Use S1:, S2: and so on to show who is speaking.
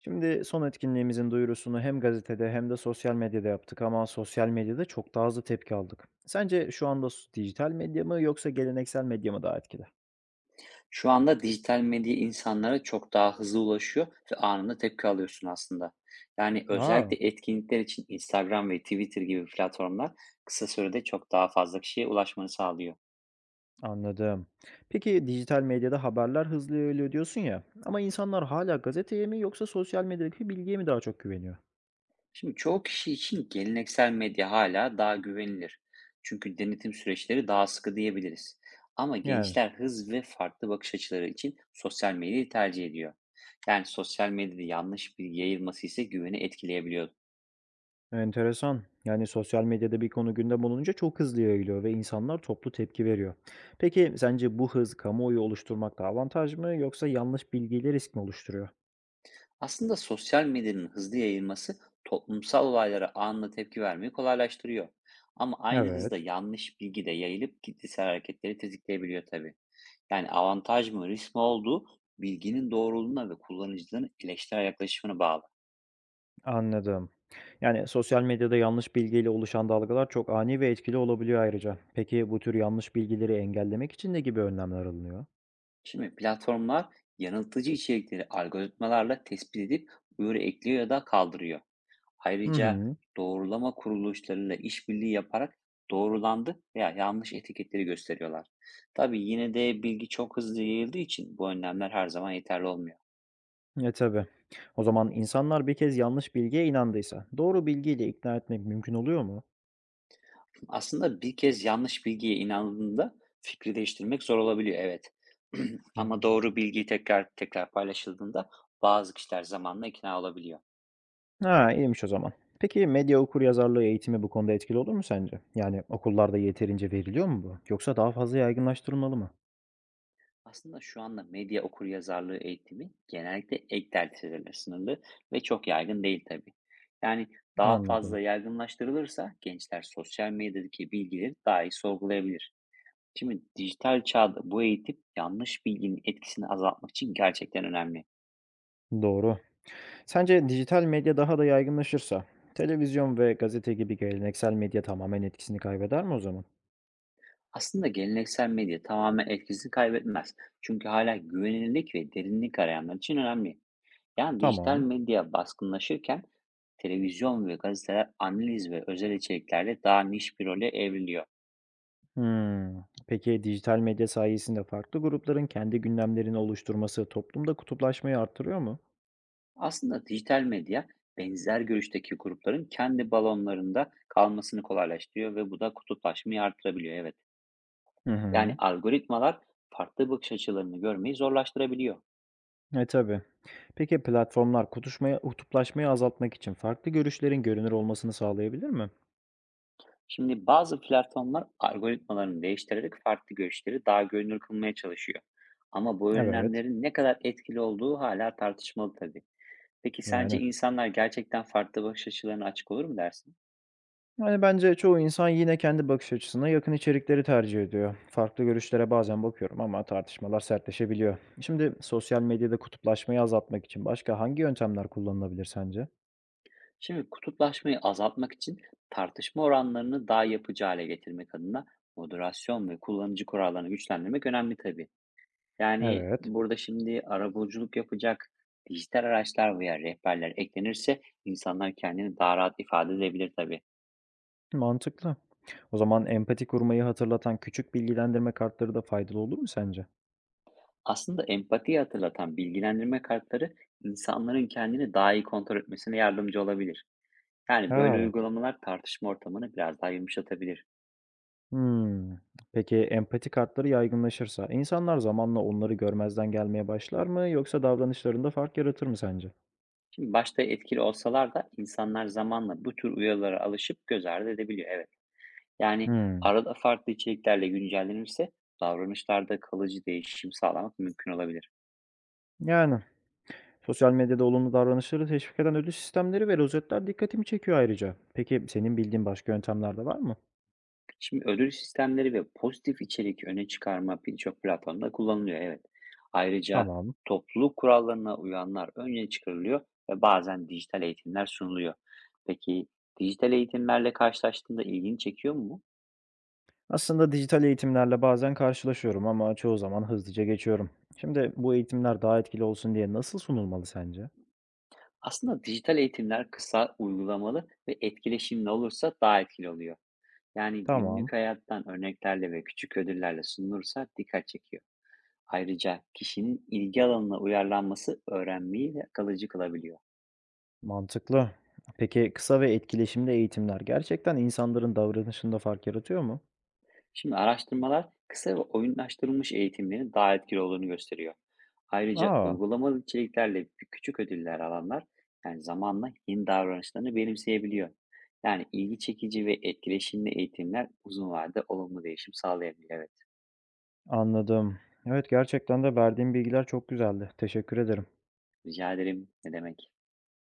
S1: Şimdi son etkinliğimizin duyurusunu hem gazetede hem de sosyal medyada yaptık ama sosyal medyada çok daha hızlı tepki aldık. Sence şu anda dijital medya mı yoksa geleneksel medya mı daha etkili?
S2: Şu anda dijital medya insanlara çok daha hızlı ulaşıyor ve anında tepki alıyorsun aslında. Yani
S1: Aa,
S2: özellikle etkinlikler için Instagram ve Twitter gibi platformlar kısa sürede çok daha fazla kişiye ulaşmanı sağlıyor.
S1: anladım. Peki dijital medyada haberler hızlı yayılıyor diyorsun ya ama insanlar hala gazeteye mi yoksa sosyal medyadaki bilgiye mi daha çok güveniyor?
S2: Şimdi çoğu kişi için geleneksel medya hala daha güvenilir. Çünkü denetim süreçleri daha sıkı diyebiliriz. Ama
S1: Yani
S2: gençler hız ve farklı bakış açıları için sosyal medyayı tercih ediyor. Yani sosyal medyada yanlış bilgi yayılması ise güveni etkileyebiliyor.
S1: enteresan. Yani sosyal medyada bir konu gündem olunca çok hızlı yayılıyor ve insanlar toplu tepki veriyor. Peki sence bu hız kamuoyu oluşturmakta avantaj mı yoksa yanlış bilgiyle risk mi oluşturuyor?
S2: Aslında sosyal medyanın hızlı yayılması toplumsal olaylara anında tepki vermeyi kolaylaştırıyor. Ama aynı
S1: Evet,
S2: hızda yanlış bilgi de yayılıp kitlesel hareketleri tetikleyebiliyor tabii. Yani avantaj mı risk mi olduğu bilginin doğruluğuna ve kullanıcıların eleştirel yaklaşımına bağlı.
S1: anladım. Yani sosyal medyada yanlış bilgiyle oluşan dalgalar çok ani ve etkili olabiliyor ayrıca. Peki bu tür yanlış bilgileri engellemek için ne gibi önlemler alınıyor?
S2: Şimdi platformlar yanıltıcı içerikleri algoritmalarla tespit edip uyarı ekliyor ya da kaldırıyor.
S1: Hı
S2: Ayrıca
S1: hı.
S2: doğrulama kuruluşlarıyla işbirliği yaparak doğrulandı veya yanlış etiketleri gösteriyorlar. Tabii yine de bilgi çok hızlı yayıldığı için bu önlemler her zaman yeterli olmuyor.
S1: E tabii. O zaman insanlar bir kez yanlış bilgiye inandıysa doğru bilgiyle ikna etmek mümkün oluyor mu?
S2: Aslında bir kez yanlış bilgiye inandığında fikri değiştirmek zor olabiliyor, evet. Ama doğru
S1: Hmm.
S2: bilgi tekrar tekrar paylaşıldığında bazı kişiler zamanla ikna olabiliyor.
S1: Ha, iyiymiş o zaman. Peki medya okuryazarlığı eğitimi bu konuda etkili olur mu sence? Yani okullarda yeterince veriliyor mu bu? Yoksa daha fazla yaygınlaştırılmalı mı?
S2: Aslında şu anda medya okuryazarlığı eğitimi genellikle ek dersleriyle sınırlı ve çok yaygın değil tabii. Yani daha
S1: Anladım.
S2: fazla yaygınlaştırılırsa gençler sosyal medyadaki bilgileri daha iyi sorgulayabilir. Şimdi dijital çağda bu eğitim yanlış bilginin etkisini azaltmak için gerçekten önemli.
S1: Doğru. Sence dijital medya daha da yaygınlaşırsa, televizyon ve gazete gibi geleneksel medya tamamen etkisini kaybeder mi o zaman?
S2: Aslında geleneksel medya tamamen etkisini kaybetmez. Çünkü hala güvenilirlik ve derinlik arayanlar için önemli. Yani dijital
S1: Tamam.
S2: medya baskınlaşırken televizyon ve gazeteler analiz ve özel içeriklerle daha niş bir role evriliyor.
S1: Hmm. Peki dijital medya sayesinde farklı grupların kendi gündemlerini oluşturması toplumda kutuplaşmayı arttırıyor mu?
S2: Aslında dijital medya benzer görüşteki grupların kendi balonlarında kalmasını kolaylaştırıyor ve bu da kutuplaşmayı artırabiliyor. Evet.
S1: Hı
S2: Yani
S1: hı.
S2: algoritmalar farklı bakış açılarını görmeyi zorlaştırabiliyor.
S1: E, tabii. Peki platformlar kutuplaşmayı azaltmak için farklı görüşlerin görünür olmasını sağlayabilir mi?
S2: Şimdi bazı platformlar algoritmalarını değiştirerek farklı görüşleri daha görünür kılmaya çalışıyor. Ama bu
S1: Evet,
S2: önlemlerin ne kadar etkili olduğu hala tartışmalı tabii. Peki sence
S1: yani.
S2: insanlar gerçekten farklı bakış açılarına açık olur mu dersin?
S1: Yani bence çoğu insan yine kendi bakış açısına yakın içerikleri tercih ediyor. Farklı görüşlere bazen bakıyorum ama tartışmalar sertleşebiliyor. Şimdi sosyal medyada kutuplaşmayı azaltmak için başka hangi yöntemler kullanılabilir sence?
S2: Şimdi kutuplaşmayı azaltmak için tartışma oranlarını daha yapıcı hale getirmek adına moderasyon ve kullanıcı kurallarını güçlendirmek önemli tabii. Yani
S1: Evet.
S2: burada şimdi arabuluculuk yapacak dijital araçlar veya rehberler eklenirse insanlar kendini daha rahat ifade edebilir tabii.
S1: Mantıklı. O zaman empati kurmayı hatırlatan küçük bilgilendirme kartları da faydalı olur mu sence?
S2: Aslında empatiyi hatırlatan bilgilendirme kartları insanların kendini daha iyi kontrol etmesine yardımcı olabilir. Yani böyle
S1: Aa.
S2: uygulamalar tartışma ortamını biraz daha yumuşatabilir.
S1: Hımm. Peki, empati kartları yaygınlaşırsa insanlar zamanla onları görmezden gelmeye başlar mı yoksa davranışlarında fark yaratır mı sence?
S2: Şimdi başta etkili olsalar da insanlar zamanla bu tür uyarılara alışıp göz ardı edebiliyor. Evet. Yani
S1: Hımm.
S2: arada farklı içeriklerle güncellenirse davranışlarda kalıcı değişim sağlamak mümkün olabilir.
S1: Yani, sosyal medyada olumlu davranışları teşvik eden ödül sistemleri ve rozetler dikkatimi çekiyor ayrıca. Peki, senin bildiğin başka yöntemler de var mı?
S2: Şimdi ödül sistemleri ve pozitif içerik öne çıkarma birçok platformda kullanılıyor. Evet. Ayrıca
S1: Tamam.
S2: topluluk kurallarına uyanlar önce çıkarılıyor ve bazen dijital eğitimler sunuluyor. Peki, dijital eğitimlerle karşılaştığında ilgini çekiyor mu bu?
S1: Aslında dijital eğitimlerle bazen karşılaşıyorum ama çoğu zaman hızlıca geçiyorum. Şimdi bu eğitimler daha etkili olsun diye nasıl sunulmalı sence?
S2: Aslında dijital eğitimler kısa, uygulamalı ve etkileşimli olursa daha etkili oluyor. Yani
S1: Tamam.
S2: günlük hayattan örneklerle ve küçük ödüllerle sunulursa dikkat çekiyor. Ayrıca kişinin ilgi alanına uyarlanması öğrenmeyi de kalıcı kılabiliyor.
S1: Mantıklı. Peki kısa ve etkileşimli eğitimler gerçekten insanların davranışında fark yaratıyor mu?
S2: Şimdi araştırmalar kısa ve oyunlaştırılmış eğitimlerin daha etkili olduğunu gösteriyor. Ayrıca
S1: Aa,
S2: uygulamalı içeriklerle küçük ödüller alanlar yani zamanla yeni davranışlarını benimseyebiliyor. Yani ilgi çekici ve etkileşimli eğitimler uzun vadede olumlu değişim sağlayabiliyor. Evet.
S1: anladım. Evet gerçekten de verdiğim bilgiler çok güzeldi. Teşekkür ederim.
S2: Rica ederim. Ne demek?